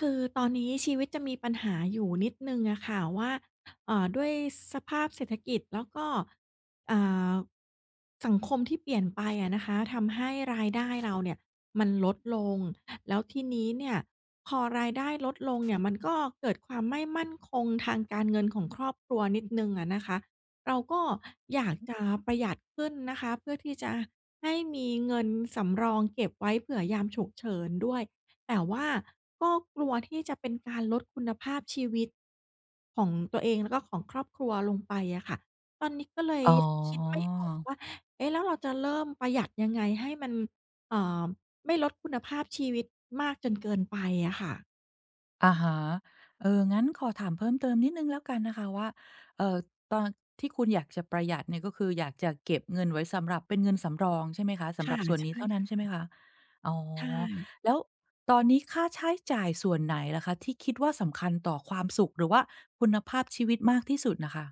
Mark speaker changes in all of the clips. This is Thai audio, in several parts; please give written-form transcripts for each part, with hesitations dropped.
Speaker 1: คือตอนนี้ชีวิตจะมีปัญหาอยู่นิดนึงอะค่ะว่าด้วยสภาพเศรษฐกิจแล้วก็เอ่อสังคมที่เปลี่ยนไปอะนะคะทำให้รายได้เราเนี่ยมันลดลงแล้วทีนี้เนี่ยพอรายได้ลดลงเนี่ยมันก็เกิดความไม่มั่นคงทางการเงินของครอบครัวนิดนึงอะนะคะเราก็อยากจะประหยัดขึ้นนะคะเพื่อที่จะให้มีเงินสำรองเก็บไว้เผื่อยามฉุกเฉินด้วย แต่ว่าก็กลัวที่จะเป็นการลดคุณภาพชีวิตของตัวเองแล้วก็ของครอบครัวลงไปอะค่ะตอนนี้ก็เลย
Speaker 2: อ๋
Speaker 1: ยังคิดไม่
Speaker 2: อ
Speaker 1: ออกว่าเอ๊ะแล้วเราจะเริ่มประหยัดยังไงให้มันเอ่อไม่ลดคุณภาพชีวิตมากจนเกินไปอะค่ะ
Speaker 2: อะฮะเอองั้นขอถามเพิ่มเติมนิดหนึ่งแล้วกันนะคะว่าเอ่อตอนที่คุณอยากจะประหยัดเนี่ยก็คืออยากจะเก็บเงินไว้สำหรับเป็นเงินสำรองใช่ไหมคะ สำหรั
Speaker 1: ค่ะ
Speaker 2: บส่วนนี้
Speaker 1: ใช่
Speaker 2: เท่านั้นใช่ไหม
Speaker 1: ค่ะ
Speaker 2: คะอ๋อ
Speaker 1: ใช่
Speaker 2: แล้วตอนนี้ค่าใช้จ่ายส่วนไหนล่ะคะที่คิดว่าสำคัญต่อความสุขหรือว่าคุณภาพชีวิตมากที่สุดน่ะค่ะ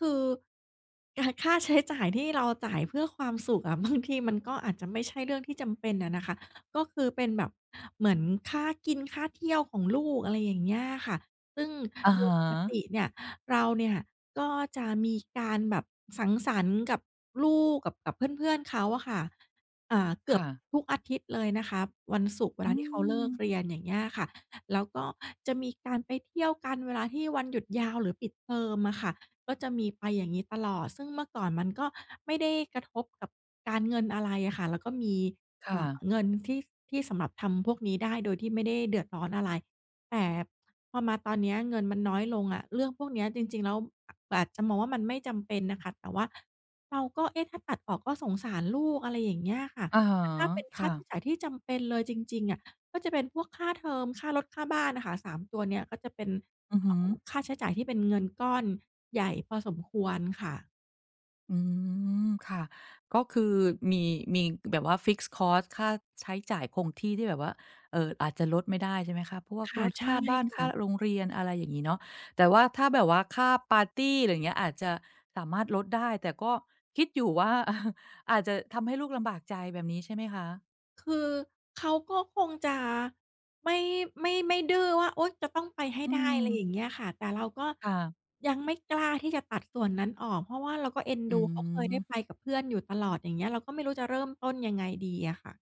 Speaker 1: คือค่าใช้จ่ายที่เราจ่ายเพื่อความสุขอะ บางทีมันก็อาจจะไม่ใช่เรื่องที่จำเป็นอะนะคะก็คือเป็นแบบเหมือนค่ากินค่าเที่ยวของลูกอะไรอย่างเงี้ยค่ะซึ่ง
Speaker 2: อะ
Speaker 1: โดย
Speaker 2: ฮะ
Speaker 1: ปกติเนี่ยเราเนี่ยก็จะมีการแบบสังสรรค์กับลูกกับเพื่อนๆเขาอะค่ะเกือบ
Speaker 2: ค่ะ
Speaker 1: ทุกอาทิตย์เลยนะคะวันศุกร์เว
Speaker 2: อื
Speaker 1: ลาที่เขาเลิ
Speaker 2: ม
Speaker 1: กเรียนอย่างเงี้ยค่ะแล้วก็จะมีการไปเที่ยวกันเวลาที่วันหยุดยาวหรือปิดเทอมอะค่ะ ก็จะมีไปอย่างนี้ตลอด ซึ่งเมื่อก่อนมันก็ไม่ได้กระทบกับการเงินอะไรอะค่ะแล้วก็มี
Speaker 2: ค่ะ
Speaker 1: เงินที่สำหรับทำพวกนี้ได้โดยที่ไม่ได้เดือดร้อนอะไร แต่พอมาตอนเนี้ยเงินมันน้อยลงอะเรื่องพวกเนี้ยจริงๆแล้วออาจจะมองว่ามันไม่จำเป็นนะค่ะแต่ว่าเราก็เอ๊ะถ้าตัดออกก็สงสารลูกอะไรอย่างเงี้ยค่ะ
Speaker 2: อะฮะ
Speaker 1: แต่ถ้าเป็นค่า
Speaker 2: ค่ะ
Speaker 1: ใช้จ่ายที่จำเป็นเลยจริงๆอะ ก็จะเป็นพวกค่าเทอมค่ารถ ค่าบ้านน่ะค่ะ3ตัวเนี่ยก็จะเป็น
Speaker 2: อือฮึ
Speaker 1: ค่าใช้จ่ายที่เป็นเงินก้อนใหญ่พอสมควรค่ะ
Speaker 2: อืมค่ะก็คือมีมีแบบว่า fixed cost ค่าใช้จ่ายคงที่ที่แบบว่าอาจจะลดไม่ได้ใช่ไหมคะพวกล
Speaker 1: ค่ะ
Speaker 2: ด
Speaker 1: ใช่
Speaker 2: ค่าบ้าน
Speaker 1: ค่ะ
Speaker 2: ค่าโรงเรียนอะไรอย่างงี้เนาะแต่ว่าถ้าแบบว่าค่าปาร์ตีอะไรอย่างเงี้ยอาจจะสามารถลดได้แต่ก็คิดอยู่ว่า อาจจะทำให้ลูกลำบากใจแบบนี้ใช่ไหมคะ
Speaker 1: คือเขาก็คงจะไม่ไม่ดื้อว่าโอ๊ยจะต้องไปให้
Speaker 2: อื
Speaker 1: ได้
Speaker 2: ม
Speaker 1: อะไรอย่างเงี้ยค่ะแต่เราก็
Speaker 2: ค่ะ
Speaker 1: ยังไม่กล้าที่จะตัดส่วนนั้นออกเพราะว่าเราก็เอ็น
Speaker 2: อื
Speaker 1: ดูเขาเคย
Speaker 2: ม
Speaker 1: ได้ไปกับเพื่อนอยู่ตลอดอย่างเงี้ยเราก็ไม่รู้จะเริ่มต้นยังไงดีอะค่ะ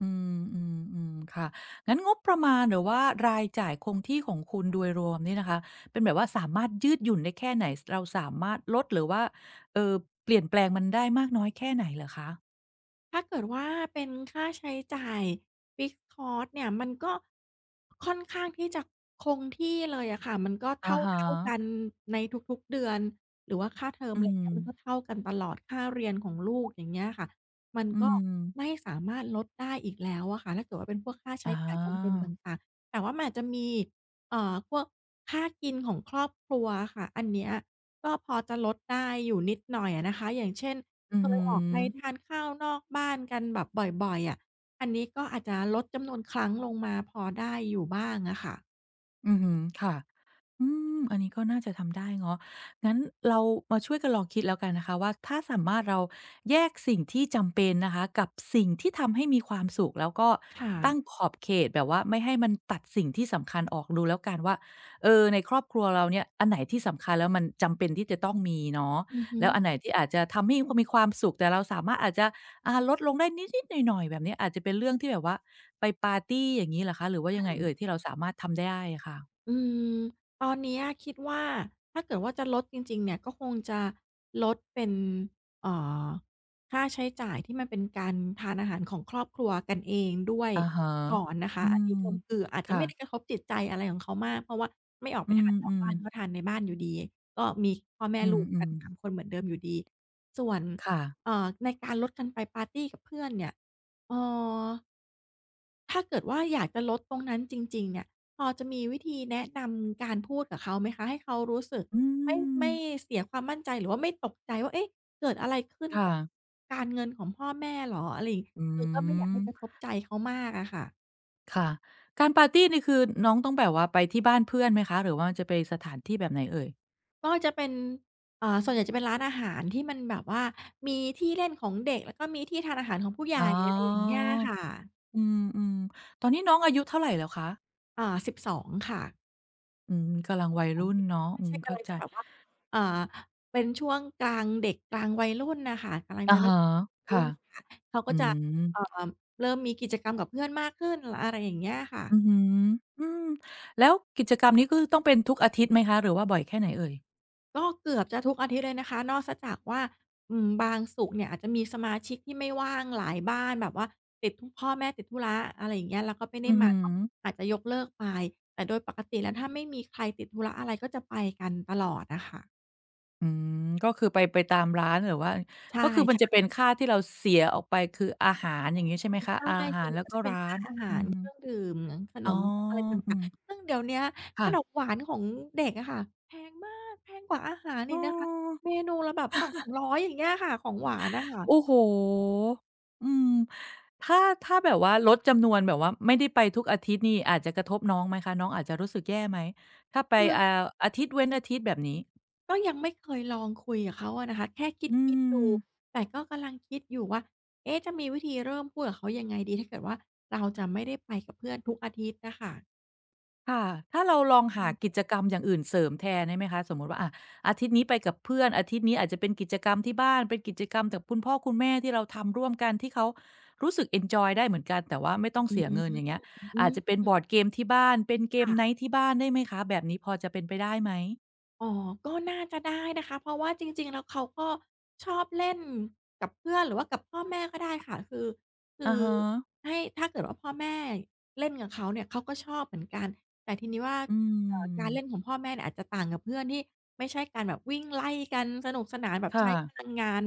Speaker 2: อืมอืมอืมค่ะงั้นงบประมาณหรือว่ารายจ่ายคงที่ของคุณโดยรวมนี่นะคะเป็นแบบว่าสามารถยืดหยุ่นได้แค่ไหนสเราสามารถลดหรือว่าเอ่อเปลี่ยนแปลงมันได้มากน้อยแค่ไหนเหรอคะ
Speaker 1: ถ้าเกิดว่าเป็นค่าใช้จ่าย Fixed cost เนี่ยมันก็ค่อนข้างที่จะคงที่เลยอะค่ะมันก็เท
Speaker 2: อะฮะ
Speaker 1: ่าๆกันในทุกๆเดือนหรือว่าค่าเทอม
Speaker 2: อื
Speaker 1: ไร
Speaker 2: ม
Speaker 1: เงี้ยมันก็เท่ากันตลอดค่าเรียนของลูกอย่างเงี้ยค่ะมัน
Speaker 2: อื
Speaker 1: ก็
Speaker 2: ม
Speaker 1: ไม่สามารถลดได้อีกแล้วอะค่ะถ้าเกิดว่าเป็นพวกค่า
Speaker 2: อา
Speaker 1: ใช้จ่ายจำเป็นต่างๆแต่ว่ามันอาจจะมีพวกค่ากินของครอบครัวอะค่ะอันเนี้ยก็พอจะลดได้อยู่นิดหน่อยอะนะคะอย่างเช่น
Speaker 2: อือ
Speaker 1: เค
Speaker 2: ฮึ
Speaker 1: ยออกไปทานข้าวนอกบ้านกันแบบบ่อยๆอะอันนี้ก็อาจจะลดจำนวนครั้งลงมาพอได้อยู่บ้างอะค่ะ
Speaker 2: อือฮึค่ะ อืมอันนี้ก็น่าจะทำได้เนาะงั้นเรามาช่วยกันลองคิดแล้วกันนะคะว่าถ้าสามารถเราแยกสิ่งที่จำเป็นนะคะกับสิ่งที่ทำให้มีความสุขแล้วก็
Speaker 1: ค่ะ
Speaker 2: ตั้งขอบเขตแบบว่าไม่ให้มันตัดสิ่งที่สำคัญออกดูแล้วกันว่าเออในครอบครัวเราเนี่ยอันไหนที่สำคัญแล้วมันจำเป็นที่จะต้องมีเนาะ
Speaker 1: อือฮึ
Speaker 2: แล้วอันไหนที่อาจจะทำให้มีความสุขแต่เราสามารถอาจจะลดลงได้นิดๆหน่อยๆแบบเนี้ยอาจจะเป็นเรื่องที่แบบว่าไปปาร์ตีอย่างงี้เหรอคะหรือว่ายังไงเอ่ยที่เราสามารถทำได้อะค่ะ
Speaker 1: อืมตอนเนี้ยคิดว่าถ้าเกิดว่าจะลดจริงๆเนี่ยก็คงจะลดเป็นเอ่อค่าใช้จ่ายที่มันเป็นการทานอาหารของครอบครัวกันเองด้วย
Speaker 2: อะฮะ
Speaker 1: ก่อนนะ
Speaker 2: อื
Speaker 1: คะอัน
Speaker 2: ม
Speaker 1: นี้ก็คืออาจจะไม่ได้ก
Speaker 2: ค่ะ
Speaker 1: ระทบจิตใจอะไรของเขามากเพราะว่าไม่ออกไป
Speaker 2: อื
Speaker 1: ทา
Speaker 2: ม
Speaker 1: นนอ
Speaker 2: อื
Speaker 1: ก
Speaker 2: ม
Speaker 1: บ้านก็ทานในบ้านอยู่ดีก็มีพ่อแม่
Speaker 2: อื
Speaker 1: ลู
Speaker 2: ม
Speaker 1: ก
Speaker 2: อื
Speaker 1: กั
Speaker 2: ม
Speaker 1: น3คนเหมือนเดิมอยู่ดีส่วน
Speaker 2: ค่ะ
Speaker 1: เอ่อในการลดกันไปปาร์ตีกับเพื่อนเนี่ยเอ่อ ถ้าเกิดว่าอยากจะลดตรงนั้นจริงๆเนี่ยพอจะมีวิธีแนะนำการพูดกับเขาไหมคะให้เขารู้สึก
Speaker 2: อื
Speaker 1: ไม่
Speaker 2: ม
Speaker 1: ไม่เสียความมั่นใจหรือว่าไม่ตกใจว่า เอ๊ะ เกิดอะไรขึ้น
Speaker 2: ค่ะ
Speaker 1: กับการเงินของพ่อแม่เหรออะไรอย่าง
Speaker 2: อื
Speaker 1: คือก็ไม่อยาก
Speaker 2: ม
Speaker 1: ให้กระทบใจเขามากอะค่ะ
Speaker 2: ค่ะการปาร์ตีนี่คือน้องต้องแบบว่าไปที่บ้านเพื่อนไหมคะหรือว่ามจะไปสถานที่แบบไหนเอ่ย
Speaker 1: ก็จะเป็นส่วนใหญ่จะเป็นร้านอาหารที่มันแบบว่ามีที่เล่นของเด็กแล้วก็มีที่ทานอาหารของผู้ใหญ่
Speaker 2: อ๋อ
Speaker 1: อะไรอย่างเงี้ยค่ะ
Speaker 2: อืมๆตอนนี้น้องอายุเท่าไรแล้วคะ
Speaker 1: 12ค่ะ
Speaker 2: อืมกำลังวัยรุ่นเนาะ
Speaker 1: ไม่
Speaker 2: อืม
Speaker 1: ใช่
Speaker 2: เข้า
Speaker 1: กำลัง
Speaker 2: ใจ
Speaker 1: จะแบบว่าเอ่อเป็นช่วงกลางเด็กกลางวัยรุ่นน่ะค่ะกำลัง
Speaker 2: อะ
Speaker 1: จะเริ่
Speaker 2: ฮะ
Speaker 1: ม
Speaker 2: ค่ะ
Speaker 1: รุ่นค่ะเขา
Speaker 2: อื
Speaker 1: ก็จะ
Speaker 2: ม
Speaker 1: เอ่อเริ่มมีกิจกรรมกับเพื่อนมากขึ้นอะไรอย่างเงี้ยค่ะ
Speaker 2: อือฮึอืมแล้วกิจกรรมนี้ก็คือต้องเป็นทุกอาทิตย์ไหมคะหรือว่าบ่อยแค่ไหนเอ่ย
Speaker 1: ก็เกือบจะทุกอาทิตย์เลยนะคะนอกเสียจากว่าอืมบางศุกร์เนี่ยอาจจะมีสมาชิกที่ไม่ว่างหลายบ้านแบบว่าติดธุพ่อแม่ติดธุระอะไรอย่างเงี้ยแล้วก็ไม่ได้
Speaker 2: อือ
Speaker 1: มา
Speaker 2: ฮึ
Speaker 1: ก็อาจจะยกเลิกไปแต่โดยปกติแล้วถ้าไม่มีใครติดธุระอะไรก็จะไปกันตลอดอะค่ะ
Speaker 2: อืมก็คือไปตามร้านหรือว่า
Speaker 1: ใช่
Speaker 2: ก็คือมันจะเป็น
Speaker 1: ๆ
Speaker 2: ค่าที่เราเสียออกไปคืออาหารอย่างงี้ใช่ไหมคะ
Speaker 1: ใช
Speaker 2: อา
Speaker 1: ่
Speaker 2: หา
Speaker 1: ส่ว
Speaker 2: ร
Speaker 1: นใหญ่
Speaker 2: แล้ว
Speaker 1: ก็
Speaker 2: ก็
Speaker 1: จะเป็น
Speaker 2: ร้า
Speaker 1: ค่า
Speaker 2: น
Speaker 1: อาหา
Speaker 2: อื
Speaker 1: ร
Speaker 2: ม
Speaker 1: เครื่องดื่มขน
Speaker 2: อ๋อ
Speaker 1: มอะไร
Speaker 2: อื
Speaker 1: ต่าง
Speaker 2: ม
Speaker 1: ๆซึ่งเดี๋ยวเนี้ยขนม
Speaker 2: ค่ะ
Speaker 1: หวานของเด็กอะค่ะแพงมากแพงกว่าอาหาร
Speaker 2: เอ
Speaker 1: อีกนะคะ
Speaker 2: อ
Speaker 1: เมนูละแบบ2 0 0 3ร้อยอย่างเงี้ยค่ะของหวานน่ะ
Speaker 2: โอ้
Speaker 1: ค่ะ
Speaker 2: โฮอืมถ้าถ้าแบบว่าลดจำนวนแบบว่าไม่ได้ไปทุกอาทิตย์นี่อาจจะกระทบน้องไหมคะน้องอาจจะรู้สึกแย่ไหมถ้าไป
Speaker 1: คือ
Speaker 2: อาทิตย์เว้นอาทิตย์แบบนี้
Speaker 1: ก็ยังไม่เคยลองคุยกับเขาอะนะคะแค่ค
Speaker 2: อื
Speaker 1: ิดๆดู
Speaker 2: ม
Speaker 1: แต่ก็กำลังคิดอยู่ว่าเอ๊ะจะมีวิธีเริ่มพูดกับเขายังไงดีถ้าเกิดว่าเราจะไม่ได้ไปกับเพื่อนทุกอาทิตย์น่ะค่ะ
Speaker 2: ค่ะ ถ้าเราลอง
Speaker 1: อื
Speaker 2: หากิ
Speaker 1: ม
Speaker 2: จกรรมอย่างอื่นเสริมแทนได้ไหมคะสมมุติว่าอะอาทิตย์นี้ไปกับเพื่อนอาทิตย์นี้อาจจะเป็นกิจกรรมที่บ้านเป็นกิจกรรมกับคุณพ่อคุณแม่ที่เราทำร่วมกันที่เขารู้สึกเอนจอยได้เหมือนกันแต่ว่าไม่ต้อง
Speaker 1: อื
Speaker 2: เสีย
Speaker 1: ม
Speaker 2: เงินอย่างเงี้ย
Speaker 1: อื
Speaker 2: อาจ
Speaker 1: ม
Speaker 2: จะเป็นบอร์ดเกมที่บ้านเป็นเกมไน
Speaker 1: ค่ะ
Speaker 2: ต์ที่บ้านได้ไหมคะแบบนี้พอจะเป็นไปได้ไหม
Speaker 1: อ๋อ ก็น่าจะได้นะคะ เพราะว่าจริงๆแล้วเขาก็ชอบเล่นกับเพื่อนหรือว่ากับพ่อแม่ก็ได้ค่ะคือคื
Speaker 2: อะ
Speaker 1: อ
Speaker 2: ฮะ
Speaker 1: ให้ถ้าเกิดว่าพ่อแม่เล่นกับเขาเนี่ยเขาก็ชอบเหมือนกันแต่ทีนี้ว่า
Speaker 2: อืม
Speaker 1: การเล่นของพ่อแม่เนี่ยอาจจะต่างกับเพื่อนที่ไม่ใช่การแบบวิ่งไล่กันสนุกสนานแบบ
Speaker 2: ค่ะ
Speaker 1: ใช้พลังงาน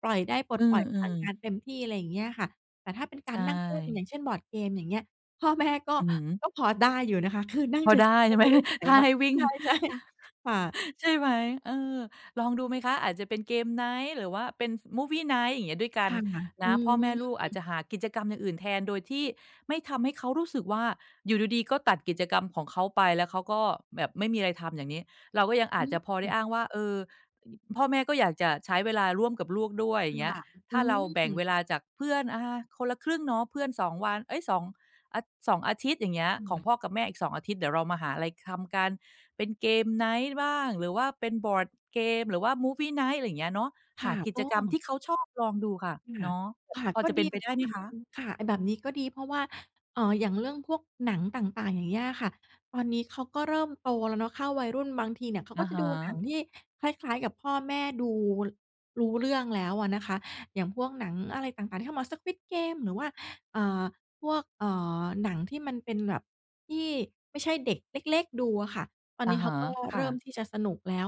Speaker 1: ปล่อยได้ปลด
Speaker 2: อื
Speaker 1: ปล่อยพลัง
Speaker 2: อ
Speaker 1: งาน
Speaker 2: ๆ
Speaker 1: เต็มที่อะไรอย่างเงี้ยค่ะแต่ถ้าเป็นการ
Speaker 2: ใช่
Speaker 1: นั่งเล่นอย่างเช่นบอร์ดเกมอย่างเงี้ยพ่อแม่ก็
Speaker 2: อือฮึ
Speaker 1: ก็พอได้อยู่นะคะคือนั่ง
Speaker 2: พอ
Speaker 1: เฉย
Speaker 2: ได้ใช่
Speaker 1: ๆ
Speaker 2: ไหม
Speaker 1: ก็ไม่นได้ แบบ
Speaker 2: ถ้า
Speaker 1: ว่า
Speaker 2: ให้วิ่ ง
Speaker 1: ใช่ๆค่ะ
Speaker 2: ใช่ไหมเออลองดูไหมคะ อาจจะเป็น Game Night หรือว่าเป็น Movie Night อย่างเงี้ยด้วยกัน
Speaker 1: ค่ะอื
Speaker 2: นะพ่อแม่ลู
Speaker 1: ม
Speaker 2: กอาจจะหากิจกรรมอย่างอื่นแทนโดยที่ไม่ทำให้เขารู้สึกว่าอยู่ดีๆก็ตัดกิจกรรมของเขาไปแล้วเขาก็แบบไม่มีอะไรทำอย่างนี้เราก็ยังอาจจะพอได้อ้างว่าเออพ่อแม่ก็อยากจะใช้เวลาร่วมกับลูกด้วยอย่างเงี้ย
Speaker 1: ค่ะอื
Speaker 2: ถ้าเราแบ่ง
Speaker 1: ม
Speaker 2: เวลาจากเพื่อนคนละครึ่งเนาะเพื่อนสองวันเอ๊ยสอง อะสองอาทิตย์อย่างเงี้ยของพ่อ
Speaker 1: ค่ะ
Speaker 2: กับแม่อีกสองอาทิตย์เดี๋ยวเรามาหาอะไรทำกันเป็นเกมไนต์บ้างหรือว่าเป็นบอร์ดเกมหรือว่า Movie Night อะไรอย่างเงี้ยเนาะหา
Speaker 1: ค่ะ
Speaker 2: กิจ
Speaker 1: โอ้
Speaker 2: กรรมที่เขาชอบลองดูค่ะ
Speaker 1: ค่ะ
Speaker 2: เนาะแบบนี้
Speaker 1: ค่ะ
Speaker 2: พอ
Speaker 1: ก็
Speaker 2: จะเป็
Speaker 1: ดี
Speaker 2: นไป
Speaker 1: เหมือ
Speaker 2: ได้
Speaker 1: น
Speaker 2: ไหม
Speaker 1: กัน
Speaker 2: คะ
Speaker 1: ค่ะไอ้แบบนี้ก็ดีเพราะว่าอย่างเรื่องพวกหนังต่างๆอย่างเงี้ยค่ะตอนนี้เขาก็เริ่มโตแล้วเนาะเข้าวัยรุ่นบางทีเนี่ยเขาก็
Speaker 2: อะ
Speaker 1: จะ
Speaker 2: ฮะ
Speaker 1: ดูหนังที่คล้ายๆกับพ่อแม่ดูรู้เรื่องแล้วอะนะคะอย่างพวกหนังอะไรต่างๆที่เข้ามา Squid Game หรือว่าเอ่อพวกหนังที่มันเป็นแบบที่ไม่ใช่เด็กเล็กๆดูอะค่ะตอน
Speaker 2: อะ
Speaker 1: นี้เขา
Speaker 2: ฮะ
Speaker 1: ก็เริ่ม
Speaker 2: ค่ะ
Speaker 1: ที่จะสนุกแล้ว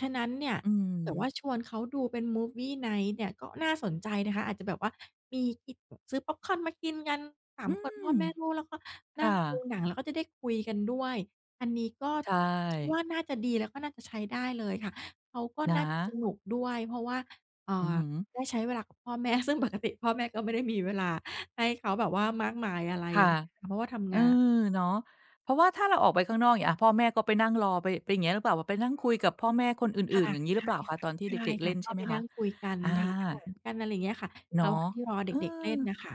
Speaker 1: ฉะนั้นเนี่ย
Speaker 2: อืม
Speaker 1: แต่ว่าชวนเขาดูเป็น Movie Night เนี่ยก็น่าสนใจนะคะอาจจะแบบว่ามีกินซื้อพ็อปคอร์นมากินกันสาม
Speaker 2: อื
Speaker 1: คนพ่อ
Speaker 2: ม
Speaker 1: แม่ลูกแล้วก็นั่ง
Speaker 2: ค่ะ
Speaker 1: ดูหนังแล้วก็จะได้คุยกันด้วยอันนี้ก็
Speaker 2: ใช่
Speaker 1: คิดว่าน่าจะดีแล้วก็น่าจะใช้ได้เลยค่ะเขาก็
Speaker 2: นะ
Speaker 1: น่าจะสนุกด้วยเพราะว่าเอ่
Speaker 2: อือ
Speaker 1: อ
Speaker 2: ฮึ
Speaker 1: ได้ใช้เวลากับพ่อแม่ซึ่งปกติพ่อแม่ก็ไม่ได้มีเวลาให้เขาแบบว่ามากมายอะไรอ
Speaker 2: ค่ะ
Speaker 1: ย่างเงี้ยค่ะเพราะว่าทำ
Speaker 2: เออ
Speaker 1: งาน
Speaker 2: เนาะเพราะว่าถ้าเราออกไปข้างนอกอย่างเงี้ยอะพ่อแม่ก็ไปนั่งรอไปเป็นอย่างเงี้ยหรือเปล่าแบบไปนั่งคุยกับพ่อแม่คนอื่
Speaker 1: ค่ะ
Speaker 2: นๆอย่างงี้หรือเปล่าคะตอนที่
Speaker 1: ใช่
Speaker 2: เด็กๆเล่
Speaker 1: ค่ะ
Speaker 2: น
Speaker 1: ก็
Speaker 2: ใช่ไห
Speaker 1: ไป
Speaker 2: มคะ
Speaker 1: นั่งคุยกัน
Speaker 2: อา
Speaker 1: ทานอาหารกันอะไรอย่างเงี้ยค่ะระห
Speaker 2: เนาะ
Speaker 1: ว่างที่รอ
Speaker 2: เอ
Speaker 1: เด็กๆเล่
Speaker 2: อ
Speaker 1: นน่ะค่ะ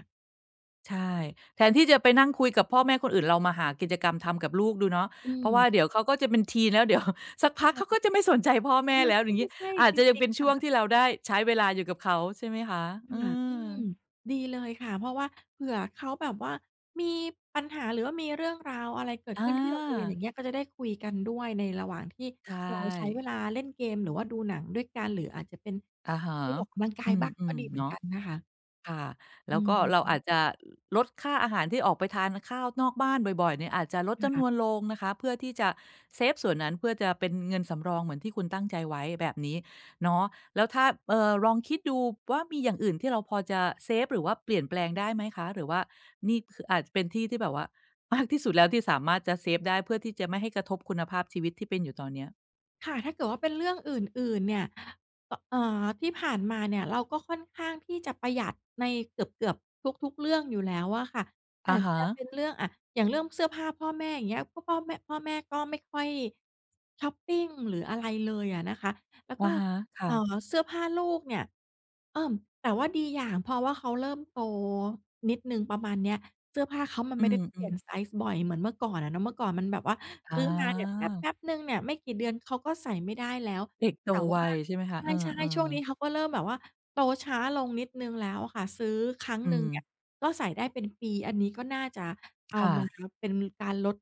Speaker 2: ใช่แทนที่จะไปนั่งคุยกับพ่อแม่คนอื่นเรามาหากิจกรรมทำกับลูกดูเนาะ
Speaker 1: อื
Speaker 2: เพราะ
Speaker 1: ม
Speaker 2: ว่าเดี๋ยวเขาก็จะเป็นทีแล้วเดี๋ยว สักพักเขาก็
Speaker 1: ค่ะ
Speaker 2: จะไม่สนใจพ่อแม่
Speaker 1: มัน
Speaker 2: แล้วอ
Speaker 1: ก็
Speaker 2: ย่างงี้
Speaker 1: ไม่ใช่
Speaker 2: อาจ
Speaker 1: จ
Speaker 2: จะยัง
Speaker 1: ริง
Speaker 2: เป็น
Speaker 1: ๆ
Speaker 2: ช่ว
Speaker 1: ค่ะ
Speaker 2: งที่เราได้ใช้เวลาอยู่กับเขาใช่ไหมคะอื
Speaker 1: ค่ะอื
Speaker 2: ม
Speaker 1: อมดีเลยค่ะเพราะว่าเผื่อเขาแบบว่ามีปัญหาหรือว่ามีเรื่องราวอะไรเกิด
Speaker 2: อ
Speaker 1: ขึ้นที่โรงเรียนอ
Speaker 2: า
Speaker 1: ย่างเงี้ยก็จะได้คุยกันด้วยในระหว่างที่
Speaker 2: ใช่
Speaker 1: เราใช้เวลาเล่นเกมหรือว่าดูหนังด้วยกันหรืออาจจะเป็น
Speaker 2: อะฮะ
Speaker 1: ไปออกกำลังกายบ้าง
Speaker 2: อื
Speaker 1: ก็
Speaker 2: ม
Speaker 1: ดีเห
Speaker 2: ๆ
Speaker 1: มือน
Speaker 2: เนาะ
Speaker 1: กันนะคะ
Speaker 2: ค่ะ
Speaker 1: อื
Speaker 2: แล้วก็
Speaker 1: ม
Speaker 2: เราอาจจะลดค่าอาหารที่ออกไปทานข้าวนอกบ้านบ่อยๆเนี่ยอาจจะลดจำนวน
Speaker 1: ค่ะ
Speaker 2: ลงนะคะเพื่อที่จะเซฟส่วนนั้นเพื่อจะเป็นเงินสำรองเหมือนที่คุณตั้งใจไว้แบบนี้เนาะแล้วถ้าลองคิดดูว่ามีอย่างอื่นที่เราพอจะเซฟหรือว่าเปลี่ยนแปลงได้ไหมคะหรือว่านี่คืออาจจะเป็นที่ที่แบบว่ามากที่สุดแล้วที่สามารถจะเซฟได้เพื่อที่จะไม่ให้กระทบคุณภาพชีวิตที่เป็นอยู่ตอนเนี้ย
Speaker 1: ค่ะถ้าเกิดว่าเป็นเรื่องอื่นๆเนี่ยอเอ่อที่ผ่านมาเนี่ยเราก็ค่อนข้างที่จะประหยัดในเกือบๆทุกๆเรื่องอยู่แล้วอะค่ะ
Speaker 2: อะ
Speaker 1: อาจ
Speaker 2: ฮะ
Speaker 1: จะเป็นเรื่องอะอย่างเรื่องเสื้อผ้าพ่อแม่อย่างเงี้ยก็พ่อแม่ก็ไม่ค่อยชอปปิงหรืออะไรเลยอะนะคะแล้วก็
Speaker 2: อะฮะ
Speaker 1: อ๋อ
Speaker 2: ค่ะ
Speaker 1: เสื้อผ้าลูกเนี่ยเอิ่มแต่ว่าดีอย่างเพราะว่าเขาเริ่มโตนิดหนึ่งประมาณเนี้ยเสื้อผ้าเขามัน
Speaker 2: อื
Speaker 1: ไม่ได้ต้องเป
Speaker 2: ม
Speaker 1: ลี่ยน
Speaker 2: ๆ
Speaker 1: ไซซ์บ่อยเหมือนเมื่อก่อนอะเนาะเมื่อก่อนมันแบบว่า
Speaker 2: อา
Speaker 1: ซื้อมาเนี่ยแป๊บๆหนึ่งเนี่ยไม่กี่เดือนเขาก็ใส่ไม่ได้แล้ว
Speaker 2: เด็กโต
Speaker 1: แต่
Speaker 2: ไว
Speaker 1: ว่า
Speaker 2: ใช่ไหม
Speaker 1: ใ
Speaker 2: คะเอ
Speaker 1: ช่ๆช่ว
Speaker 2: อ
Speaker 1: ง
Speaker 2: ๆ
Speaker 1: นี้เขาก็เริ่มแบบว่าโตช้าลงนิดหนึ่งแล้วอะค่ะซื้อครั้งห
Speaker 2: อื
Speaker 1: นึ่ง
Speaker 2: ม
Speaker 1: เนี่ยก็ใส่ได้เป็นปีอันนี้ก็น่าจะเอา
Speaker 2: ค่ะ
Speaker 1: มาเป็นการลด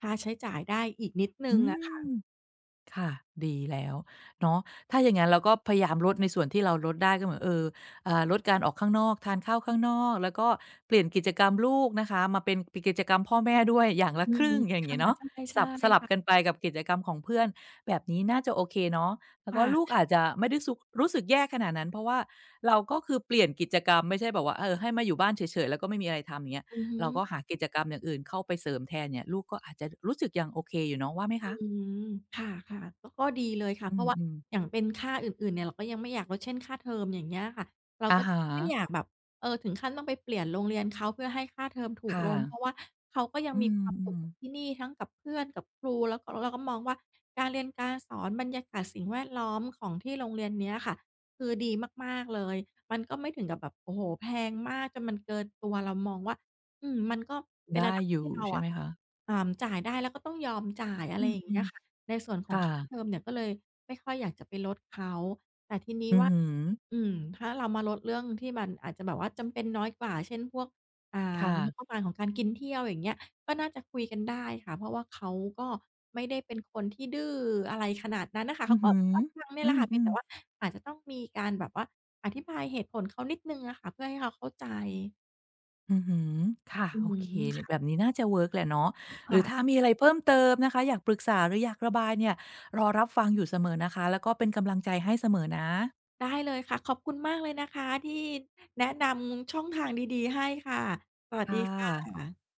Speaker 1: ค่าใช้จ่ายได้อีกนิดหนึ่
Speaker 2: อื
Speaker 1: งอะ
Speaker 2: ม
Speaker 1: ค่ะ
Speaker 2: ค่ะดีแล้วเนาะถ้าอย่างงั้นเราก็พยายามลดในส่วนที่เราลดได้ก็เหมือนเอออ่าลดการออกข้างนอกทานข้าวข้างนอกแล้วก็เปลี่ยนกิจกรรมลูกนะคะมาเป็นปกิจกรรมพ่อแม่ด้วยอย่างละ
Speaker 1: อื
Speaker 2: ค
Speaker 1: อ
Speaker 2: รึ่
Speaker 1: ฮึ
Speaker 2: งอย่าง
Speaker 1: ค่ะ
Speaker 2: งี้เนาะ
Speaker 1: ใช่
Speaker 2: สับสลั
Speaker 1: ๆ
Speaker 2: บกัน
Speaker 1: ค่ะ
Speaker 2: ไปกับกิจกรรมของเพื่อนแบบนี้น่าจะโอเคเนาะแล้วก็
Speaker 1: ค่
Speaker 2: ลูก
Speaker 1: ะ
Speaker 2: อาจจะไม่ได้ซุกรู้สึกแย่ขนาดนั้นเพราะว่าเราก็คือเปลี่ยนกิจกรรมไม่ใช่แบบว่าเออให้มาอยู่บ้านเฉยๆแล้วก็ไม่มีอะไรทำอย่างเงี้ย
Speaker 1: อือฮึ
Speaker 2: เราก็หากิจกรรมอย่างอื่นเข้าไปเสริมแทนเนี่ยลูกก็อาจจะรู้สึกยังโอเคอยู่เนาะว่าไหม
Speaker 1: อื
Speaker 2: คะ
Speaker 1: มค่ะค่ะ ก็ก็ดีเลยค่ะ
Speaker 2: อื
Speaker 1: เพราะว่า
Speaker 2: มๆ
Speaker 1: อย่างเป็นค่าอื่นๆ เนี่ยเราก็ยังไม่อยากลดเช่นค่าเทอมอย่างเงี้ยค่ะ เรา
Speaker 2: อะ
Speaker 1: ก็
Speaker 2: ฮะ
Speaker 1: ไม่อยากแบบเออถึงขั้นต้องไปเปลี่ยนโรงเรียนเขาเพื่อให้ค่าเทอมถูก
Speaker 2: ค่ะ
Speaker 1: ลงเพราะว่าเขาก็ยัง
Speaker 2: อื
Speaker 1: มีความสุข
Speaker 2: ม
Speaker 1: กับ
Speaker 2: ๆ
Speaker 1: ที่นี่ทั้งกับเพื่อนกับครูแล้วก็เราก็มองว่า การเรียนการสอนบรรยากาศสิ่งแวดล้อมของที่โรงเรียนเนี้ยค่ะคือดีมากๆเลยมันก็ไม่ถึงกับแบบโอ้โฮแพงมากจนมันเกินตัวเรามองว่า อืมมันก็เป็น
Speaker 2: ได้
Speaker 1: ระดับ
Speaker 2: อยู่
Speaker 1: ที่เรา
Speaker 2: ใช่ไห
Speaker 1: อะ
Speaker 2: มคะ
Speaker 1: อ่าจ่ายได้แล้วก็ต้องยอมจ่ายอะ
Speaker 2: อื
Speaker 1: ไรอย่างเงี้
Speaker 2: ม
Speaker 1: ยค่ะในส่วน
Speaker 2: ๆ
Speaker 1: ของ
Speaker 2: ค่ะ
Speaker 1: ค่าเทอมเนี่ยก็เลยไม่ค่อยอยากจะไปลดเขาแต่ทีนี้
Speaker 2: อือ
Speaker 1: ว่า
Speaker 2: ฮึ
Speaker 1: อืมถ้าเรามาลดเรื่องที่มันอาจจะแบบว่าจำเป็นน้อยกว่าเช่นพวกอ่างบป
Speaker 2: ค่ะ
Speaker 1: ระมาณของการกินเที่ยวอย่างเงี้ยก็น่าจะคุยกันได้ค่ะเพราะว่าเขาก็ไม่ได้เป็นคนที่ดื้ออะไรขนาดนั้นน่ะค่ะ
Speaker 2: อื
Speaker 1: เขา
Speaker 2: อ
Speaker 1: ก็
Speaker 2: ฮึ
Speaker 1: รับฟังเนี่
Speaker 2: อ
Speaker 1: ยแหละค่ะเพี
Speaker 2: ื
Speaker 1: ยง
Speaker 2: ม
Speaker 1: แต่
Speaker 2: ๆ
Speaker 1: ว่าอาจจะต้องมีการแบบว่าอธิบายเหตุผลเขานิดหนึ่งอะค่ะเพื่อให้เขาเข้าใจ
Speaker 2: อือฮึค่ะ
Speaker 1: อื
Speaker 2: โอเค
Speaker 1: ม
Speaker 2: เนี่ยแบบ
Speaker 1: ค่ะ
Speaker 2: นี้น่าจะเวิร์กแหละเนาะหรือถ้า
Speaker 1: ค่ะ
Speaker 2: มีอะไรเพิ่มเติมนะคะ อยากปรึกษาหรืออยากระบายเนี่ย รอรับฟังอยู่เสมอนะคะ แล้วก็เป็นกำลังใจให้เสมอนะ
Speaker 1: ได้เลยค่ะขอบคุณมากเลยนะคะที่แนะนำช่องทางดีๆให้ค่ะ สวัสดี
Speaker 2: ค่ะ
Speaker 1: ค่ะ